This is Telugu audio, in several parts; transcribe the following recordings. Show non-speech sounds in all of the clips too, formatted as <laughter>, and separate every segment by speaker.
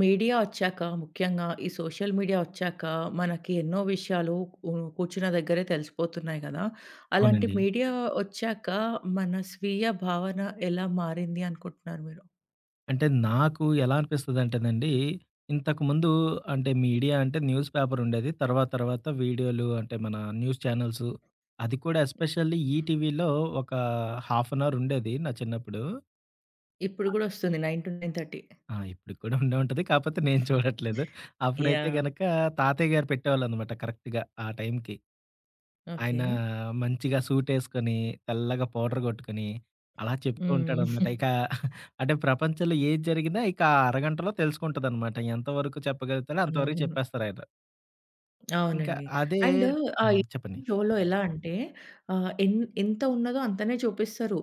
Speaker 1: మీడియా ఒచ్చాక ముఖ్యంగా ఈ సోషల్ మీడియా ఒచ్చాక మనకి ఎన్నో విషయాలు కు కూర్చున్న దగ్గరే తెలిసిపోతున్నాయి గదా! అలాంటి
Speaker 2: అవునండి.
Speaker 1: మీడియా ఒచ్చాక మన స్వీయ భావన ఎలా మారింది అనుకుంటున్నారు మీరు?
Speaker 2: అంటే నాకు ఎలా అనిపిస్తదంటేనండి, ఇంతకుముందు అంటే మీడియా అంటే న్యూస్ పేపర్ ఉండేది. తర్వాత తర్వాత వీడియోలు అంటే మన న్యూస్ ఛానెల్సు అది కూడా ఎస్పెషల్లీ ఈటీవీలో ఒక హాఫ్ అన్ అవర్ ఉండేది నా చిన్నప్పుడు.
Speaker 1: ఇప్పుడు గూడా ఒస్తుంది 9-9:30.
Speaker 2: ఆ! ఇప్పటికి కూడా ఉండే ఉంటది. కాకపోతే నేను చూడట్లేదు. అప్పుడైతే
Speaker 1: యాహ్!
Speaker 2: గనక తాతయ్య గారు పెట్టేవాళ్ళనమాట కరెక్ట్‌గా ఆ టైంకి. ఆయన
Speaker 1: ఓకే.
Speaker 2: మంచిగా సూటేసుకొని, తెల్లగా పౌడర్ కొట్టుకొని, అలా
Speaker 1: <laughs>
Speaker 2: చెప్తూ ఉంటాడనమాట.
Speaker 1: హ్మ్.
Speaker 2: ఇక అంటే ప్రపంచంలో ఏది జరిగినా ఇక ఆ అరగంటలో తెలుసుకుంటదనమాట. ఎంతవరకు చెప్పగలుగుతాడో అంతవరకు
Speaker 1: అవును.
Speaker 2: చెప్పేస్తారాయన. ఇంకా
Speaker 1: అవునండి.
Speaker 2: అదే
Speaker 1: అండ్ ఆ
Speaker 2: హ్మ్. చెప్పండి.
Speaker 1: షోలో ఎలా అంటే ఆహ్, ఎన్ ఎంత ఉన్నదో అంతనే చూపిస్తారు.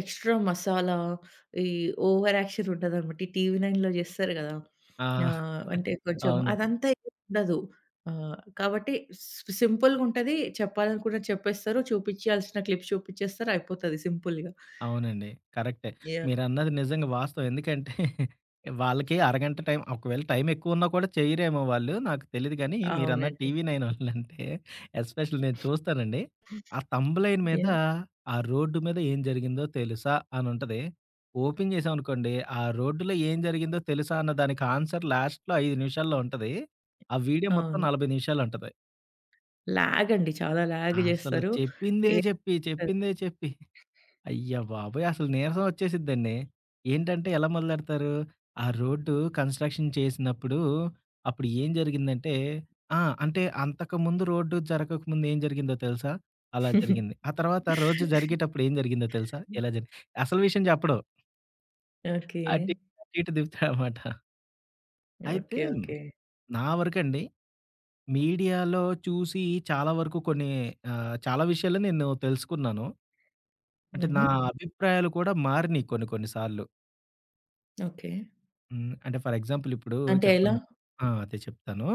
Speaker 1: ఎక్స్‌ట్రా మసాలా, ఈ ఓవర్ యాక్షన్ ఉండదనమాట. ఈ టీవీ నైన్‌లో చేస్తారు కదా!
Speaker 2: ఆ!
Speaker 1: అంటే కొంచెం
Speaker 2: అవును.
Speaker 1: అదంతా ఏం ఉండదు. కాబట్టి సింపుల్‌గా ఉంటది. చెప్పాలనుకున్నది చెప్పేస్తారు. చూపించాల్సిన క్లిప్స్ చూపించేస్తారు. అయిపోతది సింపుల్‌గా.
Speaker 2: అవునండి. కరెక్టే.
Speaker 1: యాహ్!
Speaker 2: మీరన్నది నిజంగా వాస్తవం. ఎందుకంటే <laughs> వాళ్ళకి అరగంట టైం ఒకవేళ టైం ఎక్కువున్నా కూడా చెయ్యరేమో వాళ్ళు నాకు తెలీదు గానీ, మీరన్న
Speaker 1: అవునండి.
Speaker 2: TV9 వాళ్ళంటే ఎస్పెషల్లీ నేను చూస్తానండి. ఆ థంబ్‌లైన్ మీద
Speaker 1: యాహ్!
Speaker 2: ఆ రోడ్డు మీద ఏం జరిగిందో తెలుసా అనుంటది. ఓపెన్ చేశామనుకోండి, ఆ రోడ్డులో ఏం జరిగిందో తెలుసా అన్న దానికి ఆన్సర్ లాస్ట్‌లో 5 నిమిషాల్లో ఉంటది. ఆ వీడియో మొత్తం
Speaker 1: అవును.
Speaker 2: 40 నిమిషాలుంటది.
Speaker 1: లాగ్ అండి. చాలా లాగ్
Speaker 2: అసలు
Speaker 1: చేస్తారు.
Speaker 2: చెప్పిందే చెప్పి,
Speaker 1: ఏముంటది.
Speaker 2: చెప్పిందే చెప్పి అయ్య బాబోయ్! అసలు నీరసం వచ్చేసిద్దండి. ఏంటంటే ఎలా మొదలెడతారు, ఆ రోడ్డు కన్‌స్ట్రక్షన్ చేసినప్పుడు, అప్పుడు ఏం జరిగిందంటే ఆ! అంటే అంతకుముందు రోడ్డు జరగకముందు ఏం జరిగిందో తెలుసా? అలా జరిగింది. ఆ
Speaker 1: <laughs>
Speaker 2: తర్వాత రోజు జరిగేటప్పుడు ఏం జరిగిందో తెలుసా? ఇలా జరిగి అసలు విషయం చెప్పడు.
Speaker 1: ఓకే.
Speaker 2: అటు అటు ఇటు తిప్పుతాడనమాట. అయితే
Speaker 1: ఓకే. ఓకే.
Speaker 2: నా వరకండి మీడియాలో చూసి చాలా వరకు కొన్ని చాలా విషయాలు నేను తెలుసుకున్నాను. అంటే నా
Speaker 1: హుహు.
Speaker 2: అభిప్రాయాలు కూడా మారినియి కొన్ని కొన్ని సార్లు.
Speaker 1: ఓకే.
Speaker 2: హ్మ్. అంటే ఫర్ ఎగ్జాంపుల్ ఇప్పుడు
Speaker 1: అంటే ఎలా?
Speaker 2: చెప్పాలి ఆ! అదే చెప్తాను.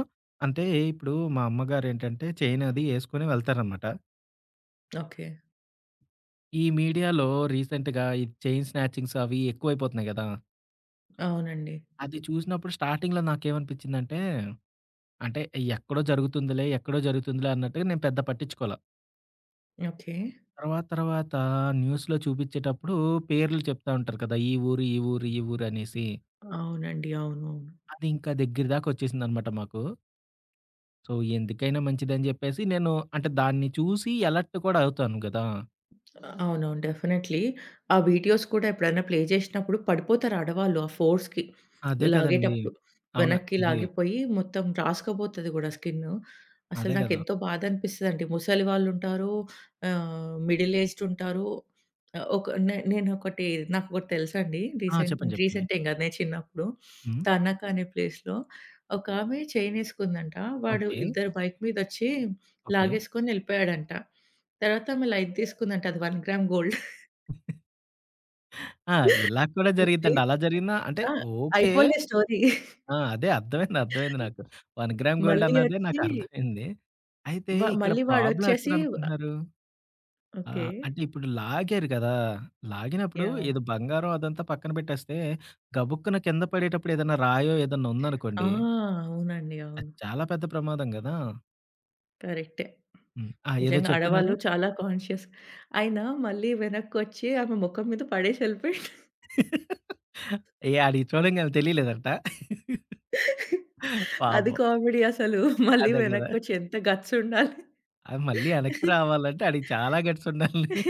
Speaker 2: అంటే ఇప్పుడు మా అమ్మగారేంటంటే చైన్ అది యేసుకొని వెళ్తారనమాట.
Speaker 1: ఓకే.
Speaker 2: ఈ మీడియాలో రీసెంట్‌గా ఈ చైన్ స్నాచింగ్స్ అవి ఎక్కువైపోతున్నాయి గదా!
Speaker 1: అవునండి.
Speaker 2: అది చూసినప్పుడు స్టార్టింగ్‌లో నాకేమనిపించిందంటే, అంటే ఎక్కడో జరుగుతుందిలే, ఎక్కడో జరుగుతుందిలే అన్నట్టుగా నేను పెద్ద పట్టించుకోల.
Speaker 1: ఓకే.
Speaker 2: తర్వాత తర్వాత న్యూస్‌లో చూపించేటప్పుడు పేర్లు చెప్తా ఉంటారు కదా! ఈ ఊరు, ఈ ఊరు, ఈ ఊరు అనేసి.
Speaker 1: అవునండి. అవునవును.
Speaker 2: అది ఇంకా దగ్గర దాకా వచ్చేసిందనమాట మాకు. సో, ఎందుకైనా మంచిదని జెప్పేసి నేను అంటే దాన్ని చూసి అలర్ట్ కూడా అవుతాను గదా!
Speaker 1: అవునవును. డెఫినైట్‌లీ. ఆ వీడియోస్ కూడా ఎప్పుడైనా ప్లే చేసినప్పుడు పడిపోతారు ఆడవాళ్ళు ఆ ఫోర్స్‌కి.
Speaker 2: అదే కదండీ.
Speaker 1: లాగేటప్పుడు.
Speaker 2: అవును.
Speaker 1: వెనక్కి
Speaker 2: ఇది
Speaker 1: లాగిపోయి మొత్తం రాసుకుపోతది కూడా స్కిన్ను. అసలు
Speaker 2: అదే గదా!
Speaker 1: నాకెంతో బాధ అనిపిస్తదండి. ముసలి వాళ్ళుంటారు, మిడిల్ ఏజ్డ్ ఉంటారు. ఆహ్, ఒక నే నేనొకటి నాకొకటి తెలుసండి.
Speaker 2: ఆ!
Speaker 1: రీసెంట్
Speaker 2: చెప్పండి. చెప్పండి.
Speaker 1: రీసెంట్ ఏం కాదు. నేను చిన్నప్పుడు
Speaker 2: హ్మ్.
Speaker 1: 'తాన్నాక' అనే ప్లేస్‌లో ఒకామె చెయినేసుకుందంట. వాడు
Speaker 2: ఓకే.
Speaker 1: ఇద్దరు బైక్ మీదొచ్చి
Speaker 2: ఓకే.
Speaker 1: లాగేసుకొని ఎళ్ళిపోయాడంట. తర్వాత ఆమె లైట్ తీసుకుందంట. అది 1 గ్రామ్ గోల్డ్ <laughs>
Speaker 2: ఆ! ఇలా
Speaker 1: అని
Speaker 2: కూడా
Speaker 1: చెప్పి
Speaker 2: జరిగిద్దండి. అలా జరిగినా అంటే
Speaker 1: ఆ!
Speaker 2: ఓకే.
Speaker 1: అయిపోలే స్టోరీ.
Speaker 2: ఆ! అదే అర్థమైంది. అర్థమైంది నాకు. 1 గ్రామ్ గోల్డ్
Speaker 1: మళ్ళీ
Speaker 2: అన్నదే
Speaker 1: వచ్చి
Speaker 2: నాకు అర్థమైంది. అయితే ఇక్కడ
Speaker 1: మళ్ళీ
Speaker 2: ప్రాబ్లమ్
Speaker 1: వాడొచ్చేసి
Speaker 2: ఎక్కడనుకుంటున్నారు?
Speaker 1: ఓకే.
Speaker 2: అంటే ఇప్పుడు లాగారు గదా! లాగినప్పుడు
Speaker 1: యాహ్!
Speaker 2: ఏదో బంగారం అదంతా పక్కన పెట్టేస్తే, గబుక్కున కింద పడేటప్పుడు ఏదైనా రాయో ఏదన్నా
Speaker 1: ఆ!
Speaker 2: ఉందనుకోండి
Speaker 1: అవునండి.
Speaker 2: అది
Speaker 1: అవును.
Speaker 2: చాలా పెద్ద ప్రమాదం గదా!
Speaker 1: కరెక్టే.
Speaker 2: హ్మ్. ఆ! ఏదో
Speaker 1: నిజంగా
Speaker 2: చెప్తున్నారు?
Speaker 1: ఆడవాళ్ళు చాలా కాన్షియస్. ఆయన మళ్ళీ వెనక్కొచ్చి ఆమె ముఖం మీద పడేసి ఎళ్ళిపోయిండు.
Speaker 2: <laughs> ఏహ్! ఆడియి చూడంగానే తెలియలేదంట.
Speaker 1: <laughs> అది
Speaker 2: పాపం.
Speaker 1: కామెడీ అసలు. మళ్ళీ
Speaker 2: అదే గదా!
Speaker 1: వెనక్కొచ్చి ఎంత గట్స్ ఉండాలి.
Speaker 2: ఆ! మళ్ళీ వెనక్కి రావాలంటే ఆడికి చాలా గట్స్ ఉండాలి.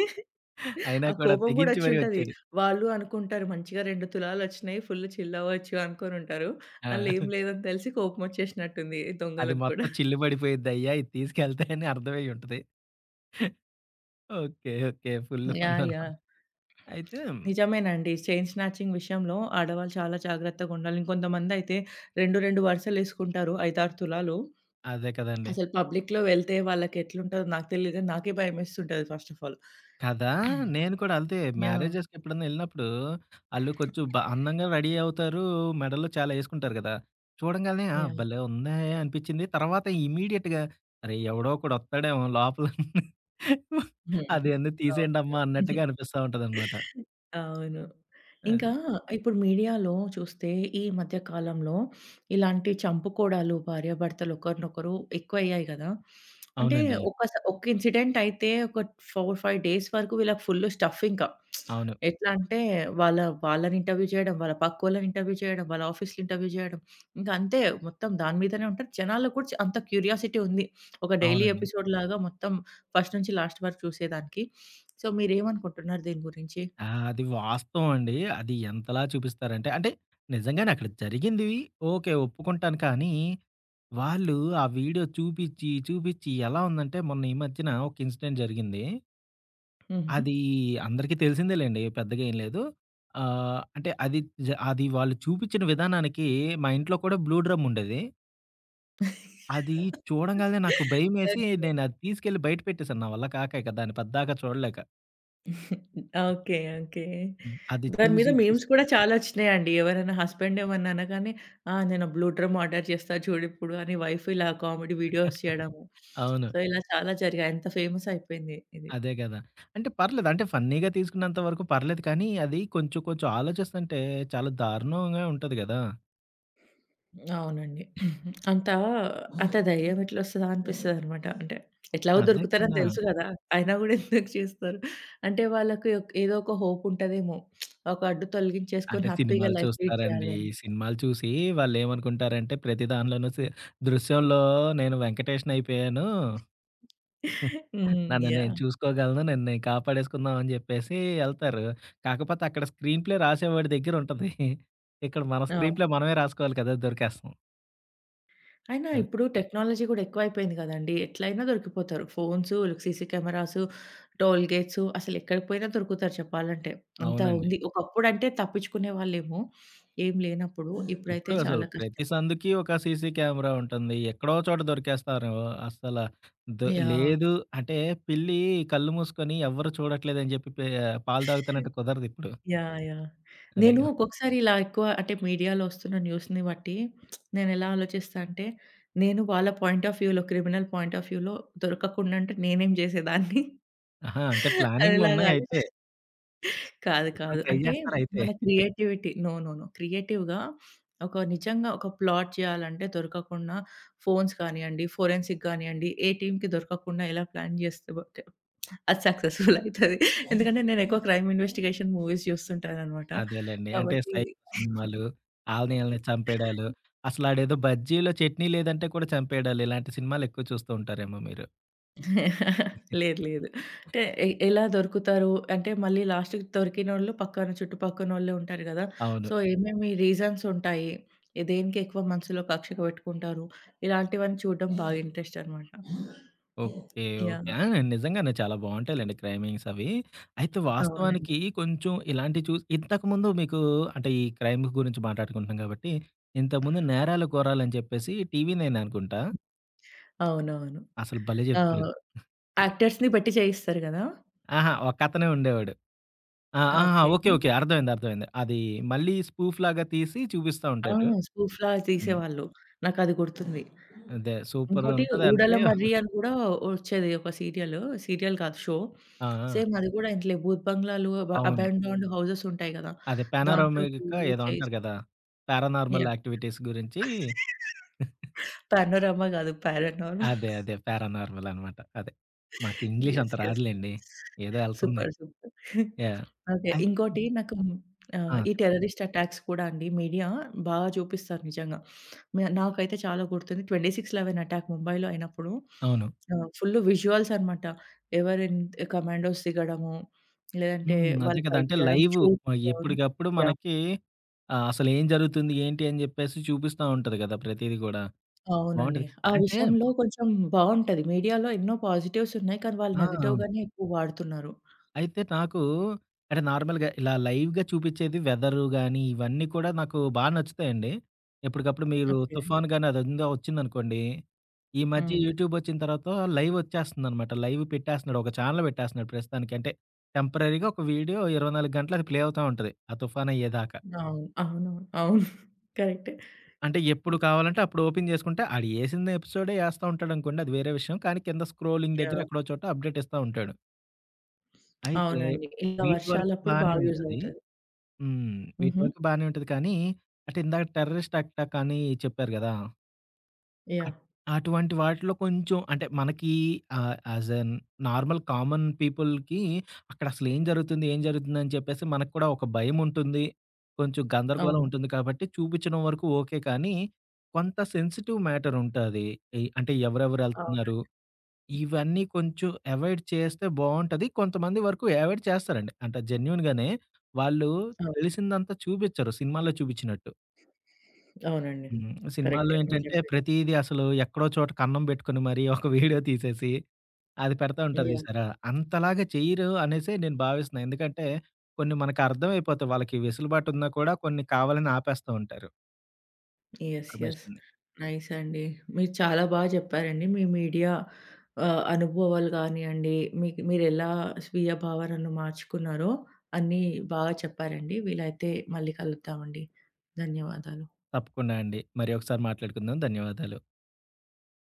Speaker 2: అయినా
Speaker 1: ఆ
Speaker 2: కూడా
Speaker 1: కోపం గూడా
Speaker 2: తెగించి మరీ
Speaker 1: వచ్చుంటది.
Speaker 2: వచ్చాడు.
Speaker 1: వాళ్ళు అనుకుంటారు మంచిగా 2 తులాలొచ్చినాయి ఫుల్ చిల్ అవ్వచ్చు అనుకోనుంటారు. అందులో ఏం
Speaker 2: ఆ!
Speaker 1: లేదని తెలిసి కోపమొచ్చేసినట్టుంది
Speaker 2: అది
Speaker 1: దొంగలకు
Speaker 2: మొత్తం
Speaker 1: కూడా.
Speaker 2: చిల్లు పడిపోయిద్దయ్యా! ఇది తీసుకెళ్తే అని అర్థమయ్యుంటది. Okay. Okay. Full fun
Speaker 1: yeah!
Speaker 2: అనమాట.
Speaker 1: యాహ్!
Speaker 2: అయితే
Speaker 1: నిజమేనండి. చైన్ స్నాచింగ్ విషయంలో ఆడవాళ్ళు చాలా జాగ్రత్తగుండాలి. ఇంకొంతమందయితే 2 వరుసలేసుకుంటారు 5, 6 తులాలు.
Speaker 2: అదే కదండీ!
Speaker 1: అసలు పబ్లిక్‌లో వెళ్తే వాళ్ళకెట్లుంటదో నాకు తెలీదు గానీ నాకే భయమేస్తుంటది ఫస్ట్ ఆఫ్ ఆల్.
Speaker 2: కదా! నేను కూడా అంతే.
Speaker 1: యాహ్!
Speaker 2: మ్యారేజెస్‌కి ఎప్పుడన్నా ఎళ్ళినప్పుడు ఆళ్ళు కొంచెం బా అందంగా రెడీ అవుతారు. మెడలో చాలా యేసుకుంటారు గదా! చూడంగాల్నే ఆ!
Speaker 1: యాహ్!
Speaker 2: భలే ఉందే అనిపిచ్చింది. తర్వాత ఇమ్మీడియేట్‌గా అరే! ఎవడో ఒకడొత్తాడేమో లోపల
Speaker 1: <laughs>
Speaker 2: అదన్నీ
Speaker 1: అవును.
Speaker 2: తీసేయండమ్మా అన్నట్టుగా అనిపిస్తా ఉంటదనమాట.
Speaker 1: అవును. ఇంకా
Speaker 2: అదే.
Speaker 1: ఇప్పుడు మీడియాలో చూస్తే ఈ మధ్య కాలంలో ఇలాంటి చంపుకోడాలు భార్యాభర్తలు ఒకరినొకరు ఎక్కువయ్యాయి గదా! అంటే
Speaker 2: అవునండి.
Speaker 1: ఒక ఇన్సిడెంట్ అయితే ఒక 4, 5 డేస్ వరకు వీళ్ళకి ఫుల్ స్టఫ్ ఇంకా.
Speaker 2: అవును.
Speaker 1: ఎట్లా అంటే వాళ్ళ వాళ్ళని ఇంటర్వ్యూ చేయడం, వాళ్ళ పక్కోళ్ళని ఇంటర్వ్యూ చేయడం, వాళ్ళ ఆఫీస్‌లో ఇంటర్వ్యూ చేయడం. ఇంక అంతే మొత్తం దాని మీదనే ఉంటారు. జనాల్లో కూడా అంత క్యూరియాసిటీ ఉంది. ఒక డైలీ
Speaker 2: అవునండి.
Speaker 1: ఎపిసోడ్‌లాగా మొత్తం ఫస్ట్ నుంచి లాస్ట్ వరకు చూసేదానికి. సో, మీరేమనుకుంటున్నారు దీని గురించి?
Speaker 2: ఆ! అది వాస్తవం అండి. అది ఎంతలా చూపిస్తారంటే అంటే నిజంగానే అక్కడ జరిగింది ఓకే. ఒప్పుకుంటాను కానీ వాళ్ళు ఆ వీడియో చూపిచ్చి, చూపిచ్చి ఎలా ఉందంటే మొన్న ఈ మధ్యన ఒక ఇన్సిడెంట్ జరిగింది.
Speaker 1: హుహు.
Speaker 2: అది అందరికీ తెలిసిందేలెండి. పెద్దగా ఏం లేదు. అంటే అది అది వాళ్ళు చూపిచ్చిన విధానానికి మా ఇంట్లో కూడా బ్లూ డ్రమ్ ఉండేది. అది చూడంగాల్నే నాకు భయమేసి
Speaker 1: ఓకే.
Speaker 2: నేను అది తీసుకెళ్ళి బయట పెట్టేసాను. నా వల్ల కాక ఇక దాన్ని పద్దాకా చూడలేక.
Speaker 1: ఓకే. ఓకే.
Speaker 2: హ్మ్. అది
Speaker 1: దాని మీద
Speaker 2: చూసి చూసి
Speaker 1: మీమ్స్ కూడా చాలా వచ్చినాయండి. ఎవరైనా హస్బెండ్ ఏమన్నా అనగానే, "ఆ! నేను బ్లూ డ్రమ్ ఆర్డర్ చేస్తా చూడిప్పుడు" అని వైఫ్ ఇలా కామెడీ వీడియోస్ చేయడము.
Speaker 2: <laughs> అవును.
Speaker 1: సో, ఇలా చాలా జరిగాయి. ఎంత ఫేమస్ అయిపోయింది ఇది.
Speaker 2: అదే కదా! అంటే పర్లేదు. అంటే ఫన్నీగా తీసుకున్నంత వరకు పర్లేదు కానీ, అది కొంచెం కొంచెం ఆలోచిస్తుంటే చాలా దారుణంగా ఉంటది గదా!
Speaker 1: అవునండి. అంత అంత ధైర్యం ఎట్లొస్తదా అనిపిస్తదనమాట. అంటే ఎట్లాగో
Speaker 2: అదే
Speaker 1: దొరుకుతారని
Speaker 2: కదా!
Speaker 1: తెలుసు గదా! అయినా గూడా ఎందుకు చేస్తారు? అంటే వాళ్ళకి ఏదో ఒక హోప్ ఉంటదేమో. ఒక అడ్డు
Speaker 2: అంటే
Speaker 1: తొలగించేసుకొని హ్యాపీగా
Speaker 2: సినిమాలు
Speaker 1: లైఫ్ లీడ్
Speaker 2: చూస్తారండి.
Speaker 1: చేయాలి అని.
Speaker 2: సినిమాలు చూసి వాళ్ళేమనుకుంటారంటే, ప్రతి దానిలోనూ దృశ్యంలో నేను వెంకటేష్‌నయిపోయాను.
Speaker 1: హ్మ్.
Speaker 2: నన్ను నేను
Speaker 1: యాహ్!
Speaker 2: చూసుకోగలను. నన్ను నేను కాపాడేసుకుందాం అని జెప్పేసి ఎళ్తారు. కాకపోతే అక్కడ స్క్రీన్ ప్లే రాసేవాడి దగ్గరుంటది. ఇక్కడ మన స్క్రీన్ ప్లే
Speaker 1: అవును.
Speaker 2: మనమే రాసుకోవాలి కదా! దొరికేస్తాం.
Speaker 1: అయినా
Speaker 2: అది.
Speaker 1: ఇప్పుడు టెక్నాలజీ గూడా ఎక్కువైపోయింది గదండీ. ఎట్లైనా దొరికిపోతారు. Phones, CC cameras, toll gates అసలెక్కడికి పోయినా దొరుకుతారు చెప్పాలంటే. అంతా
Speaker 2: అవునండి.
Speaker 1: ఉంది. ఒకప్పుడంటే తప్పించుకునే వాళ్ళేమో ఏం లేనప్పుడు. ఇప్పుడైతే
Speaker 2: ఇప్పుడు అసలు
Speaker 1: చాలా
Speaker 2: ప్రతి
Speaker 1: కష్టం.
Speaker 2: సందుకి ఒక సీసీ కెమెరా ఉంటుంది. ఎక్కడో చోట దొరికేస్తారు. అస్సల
Speaker 1: యాహ్!
Speaker 2: లేదు అంటే పిల్లి కళ్ళు మూసుకొని ఎవ్వరు చూడట్లేదని జెప్పి పాలు తాగుతానంటే కుదరదిప్పుడు.
Speaker 1: యాహ్! యాహ్!
Speaker 2: అదే
Speaker 1: నేను
Speaker 2: గదా!
Speaker 1: ఒక్కొక్కసారి ఇలా ఎక్కువ అంటే మీడియాలో వస్తున్న న్యూస్‌ని బట్టి నేనెలా ఆలోచిస్తా అంటే, నేను వాళ్ళ పాయింట్ ఆఫ్ వ్యూలో క్రిమినల్ పాయింట్ ఆఫ్ వ్యూలో దొరకకుండా ఉంటే నేనేం చేసేదాన్ని?
Speaker 2: ఆహా! అంటే
Speaker 1: <laughs> అనేలాగా
Speaker 2: ప్లానింగ్‌లున్నాయయితే.
Speaker 1: ఆలోచిస్తా. కాదు.
Speaker 2: ఎప్పుడో
Speaker 1: కాదు.
Speaker 2: ట్రై
Speaker 1: అంటే
Speaker 2: జేస్తారయితే.
Speaker 1: మన క్రియేటివిటీ నో. నో. నో. క్రియేటివ్‌గా నిజంగా ఒక ప్లాట్ చేయాలంటే దొరకకుండా ఫోన్స్ కానియండి, ఫోరెన్సిక్ గానియండి, ఏ టీమ్‌కి దొరకకుండా ఎలా ప్లాన్ చేస్తే ఓకే. అది సక్సెస్‌ఫుల్ అయితది. ఎందుకంటే నేను ఎక్కువ క్రైమ్ ఇన్వెస్టిగేషన్ మూవీస్ చూస్తుంటాననమాట.
Speaker 2: అదేలెండి. అంటే
Speaker 1: కాబట్టి
Speaker 2: సైకో సినిమాలు, ఆళ్ళని ఈళ్ళని చంపేయడాలు, అసలాడేదో బజ్జీలో చట్నీ లేదంటే కూడా చంపేయడాలు, ఇలాంటి సినిమాలెక్కువ చూస్తూ ఉంటారేమో మీరు.
Speaker 1: లేదు. లేదు. అంటే ఎలా దొరుకుతారు? అంటే మళ్ళీ లాస్ట్‌కి దొరికినోళ్ళు పక్కన చుట్టుపక్కనోళ్ళే ఉంటారు గదా!
Speaker 2: అవును.
Speaker 1: సో, ఏమేమి రీజన్స్ ఉంటాయి? దేనికి ఎక్కువ మనసులో కక్ష పెట్టుకుంటారు? ఇలాంటివన్నీ చూడడం బాగా ఇంట్రెస్ట్ అనమాట.
Speaker 2: ఓకే. ఓకే.
Speaker 1: యాహ్!
Speaker 2: ఆ! నిజంగానే చాలా బావుంటాయిలెండి క్రైమింగ్స్ అవి. అయితే వాస్తవానికి
Speaker 1: అవునండి.
Speaker 2: కొంచెం ఇలాంటివి చూసి ఇంతకుముందు మీకు అంటే ఈ క్రైమ్ గురించి మాట్లాడుకుంటున్నాం కాబట్టి, ఇంతకుముందు 'నేరాలు కోరాలు' అని చెప్పేసి TV9 అనుకుంటా.
Speaker 1: అవునవును.
Speaker 2: అసలు భలే
Speaker 1: ఆ!
Speaker 2: జెప్తాడు.
Speaker 1: యాక్టర్స్‌ని పెట్టి చేయిస్తారు గదా!
Speaker 2: ఆహా! ఒకతనే ఉండేవాడు. ఆ! ఆహా!
Speaker 1: ఓకే.
Speaker 2: ఓకే. ఓకే. అర్థమైంది. అర్థమైంది. అది మళ్ళీ స్పూఫ్ లాగా తీసి చూపిస్తా
Speaker 1: ఆ!
Speaker 2: ఉంటాడు.
Speaker 1: 'సూఫ్లా'
Speaker 2: హ్మ్.
Speaker 1: తీసేవాళ్ళు. నాకది గుర్తుంది.
Speaker 2: అదే
Speaker 1: ఇంకోటి
Speaker 2: సూపరుంటది.
Speaker 1: 'ఊడల
Speaker 2: అంటే
Speaker 1: మర్రి' అని గూడా ఒచ్చేది ఒక సీరియలు. సీరియల్ కాదు షో.
Speaker 2: ఆ! ఆ!
Speaker 1: సేమ్ అది గూడా ఇట్లే భూత్ బంగ్లాలు,
Speaker 2: అవును.
Speaker 1: అబాండాన్డ్ హౌసెస్ ఉంటాయి గదా!
Speaker 2: అదే
Speaker 1: దాంట్లోకి
Speaker 2: పానోరామిక
Speaker 1: వెళ్లి
Speaker 2: ఏదో
Speaker 1: చేస్
Speaker 2: అంటారు గదా! Paranormal
Speaker 1: yeah!
Speaker 2: యాక్టివిటీస్ గురించి
Speaker 1: పానోరమా గాదు. పారానార్మల్
Speaker 2: అదే.
Speaker 1: <laughs>
Speaker 2: అదే. పారానార్మల్ అనమాట. అదే. మాకు
Speaker 1: <laughs>
Speaker 2: ఇంగ్లీష్ అంత
Speaker 1: యెస్. యెస్.
Speaker 2: రాదులెండి. ఏదో ఎళ్తుంది.
Speaker 1: సూపర్. సూపర్.
Speaker 2: యాహ్!
Speaker 1: ఓకే.
Speaker 2: అయితే
Speaker 1: ఇంకోటి నాకు
Speaker 2: ఆ!
Speaker 1: ఈ
Speaker 2: చెప్పండి.
Speaker 1: టెర్రరిస్ట్ అటాక్స్ కూడా అండి మీడియా బాగా చూపిస్తారు నిజంగా. నాకైతే చాలా గుర్తుంది. 26/11 అటాక్ ముంబైలో అయినప్పుడు
Speaker 2: అవును.
Speaker 1: ఫుల్ విజువల్స్ అనమాట. ఎవరు ఎన్ కమాండోస్ దిగడము, లేదంటే
Speaker 2: హ్మ్. అదే
Speaker 1: వాళ్ళు
Speaker 2: కదా!
Speaker 1: ఫైట్
Speaker 2: అంటే
Speaker 1: చేయడం,
Speaker 2: లైవ్
Speaker 1: షూట్స్
Speaker 2: ఎప్పటికప్పుడు
Speaker 1: యాహ్!
Speaker 2: మనకి అసలేం జరుగుతుంది? ఏంటి? అని జెప్పేసి చూపిస్తా ఉంటది గదా! ప్రతీది గూడా.
Speaker 1: అవునండి.
Speaker 2: బావుంటది.
Speaker 1: ఆ
Speaker 2: అంటే
Speaker 1: విషయంలో కొంచెం బావుంటది. మీడియాలో ఎన్నో పాజిటివ్స్ ఉన్నాయి. కానీ వాళ్ళు
Speaker 2: ఆ!
Speaker 1: నెగెటివ్ గానే ఎక్కువ వాడుతున్నారు.
Speaker 2: అయితే నాకు అంటే నార్మల్‌గా ఇలా లైవ్‌గా చూపిచ్చేది వెదరు గాని, ఇవన్నీ కూడా నాకు బా నచ్చుతాయండి. ఎప్పటికప్పుడు మీరు
Speaker 1: ఓకే.
Speaker 2: తుఫాన్ గాని అదంగా వచ్చిందనుకోండి, ఈ మధ్య
Speaker 1: హ్మ్.
Speaker 2: యూట్యూబ్ వచ్చిన తర్వాత లైవ్ వచ్చేస్తుందనమాట. లైవ్ పెట్టేస్తున్నాడు. ఒక ఛానెల్ పెట్టేస్తున్నాడు ప్రస్తుతానికి. అంటే టెంపరరీగా ఒక వీడియో 24 గంటలు అది ప్లే అవుతా ఉంటది. ఆ తుఫాన్ అయ్యేదాకా.
Speaker 1: అవును. అవునవును. అవును. కరెక్టే.
Speaker 2: అంటే ఎప్పుడు కావాలంటే అప్పుడు ఓపెన్ చేసుకుంటే ఆడు ఏసిన ఎపిసోడే ఏస్తా ఉంటాడనుకోండి అది వేరే విషయం. కానీ కింద స్క్రోలింగ్ దగ్గర
Speaker 1: యాహ్!
Speaker 2: ఎక్కడో చోట అప్డేట్ ఇస్తా ఉంటాడు. అయితే
Speaker 1: అవునండి. ఇలా
Speaker 2: వీటి వరకు
Speaker 1: వర్షాలప్పుడు
Speaker 2: బానే
Speaker 1: బాగా యూజ్
Speaker 2: ఉంటది.
Speaker 1: అవుతది.
Speaker 2: హ్మ్. వీటి
Speaker 1: హుహు.
Speaker 2: వరకు బానే ఉంటది కానీ, అంటే ఇందాక టెర్రరిస్ట్ అటాక్ అని చెప్పారు గదా! At
Speaker 1: yeah!
Speaker 2: అటువంటి వాటిలో కొంచెం అంటే మనకి యాజ్ నార్మల్ కామన్ పీపుల్‌కి అక్కడ అసలు ఏం జరుగుతుంది? ఏం జరుగుతుందని చెప్పేసి మనకు కూడా ఒక భయం ఉంటుంది. కొంచెం గందరగోళం
Speaker 1: అవును.
Speaker 2: ఉంటుంది కాబట్టి చూపించడం వరకు ఓకే. కానీ కొంత సెన్సిటివ్ మ్యాటర్ ఉంటాది. ఎయ్ అంటే ఎవరెవరు
Speaker 1: అవును.
Speaker 2: ఎళ్తున్నారు? ఇవన్నీ కొంచెం అవాయిడ్ చేస్తే బావుంటది. కొంతమంది వరకు అవాయిడ్ చేస్తారండి. అంటే జెన్యూన్‌గానే వాళ్ళు
Speaker 1: అవును.
Speaker 2: తెలిసిందంతా చూపిచ్చరు సినిమాల్లో చూపిచ్చినట్టు.
Speaker 1: అవునండి.
Speaker 2: హ్మ్. సినిమాల్లో
Speaker 1: కరెక్టే. మీరు
Speaker 2: ఏంటంటే
Speaker 1: చెప్పింది.
Speaker 2: ప్రతీది అసలు ఎక్కడో చోట కన్నం బెట్టుకొని మరీ ఒక వీడియో తీసేసి అది పెడతా ఉంటారు
Speaker 1: యాహ్!
Speaker 2: జూసారా? అంతలాగా చెయ్యరు అనేసే నేను భావిస్తున్నా. ఎందుకంటే కొన్ని మనకు అర్థమైపోతాయి. వాళ్ళకి వెసులుబాటు ఉన్నా కూడా కొన్ని కావాలని ఆపేస్తా ఉంటారు
Speaker 1: యెస్. యెస్.
Speaker 2: ఇన్ఫర్మేషన్‌ని.
Speaker 1: నైస్ అండి. మీరు చాలా బాగా చెప్పారండి. మీ మీడియా అనుభవాలు గానియండి, మీకు మీరెలా స్వీయ భావనను మార్చుకున్నారో అన్నీ బాగా చెప్పారండి. వీలైతే మళ్ళీ కలుద్దామండి. ధన్యవాదాలు.
Speaker 2: తప్పకుండా అండి. మరి ఒకసారి మాట్లాడుకుందాం. ధన్యవాదాలు.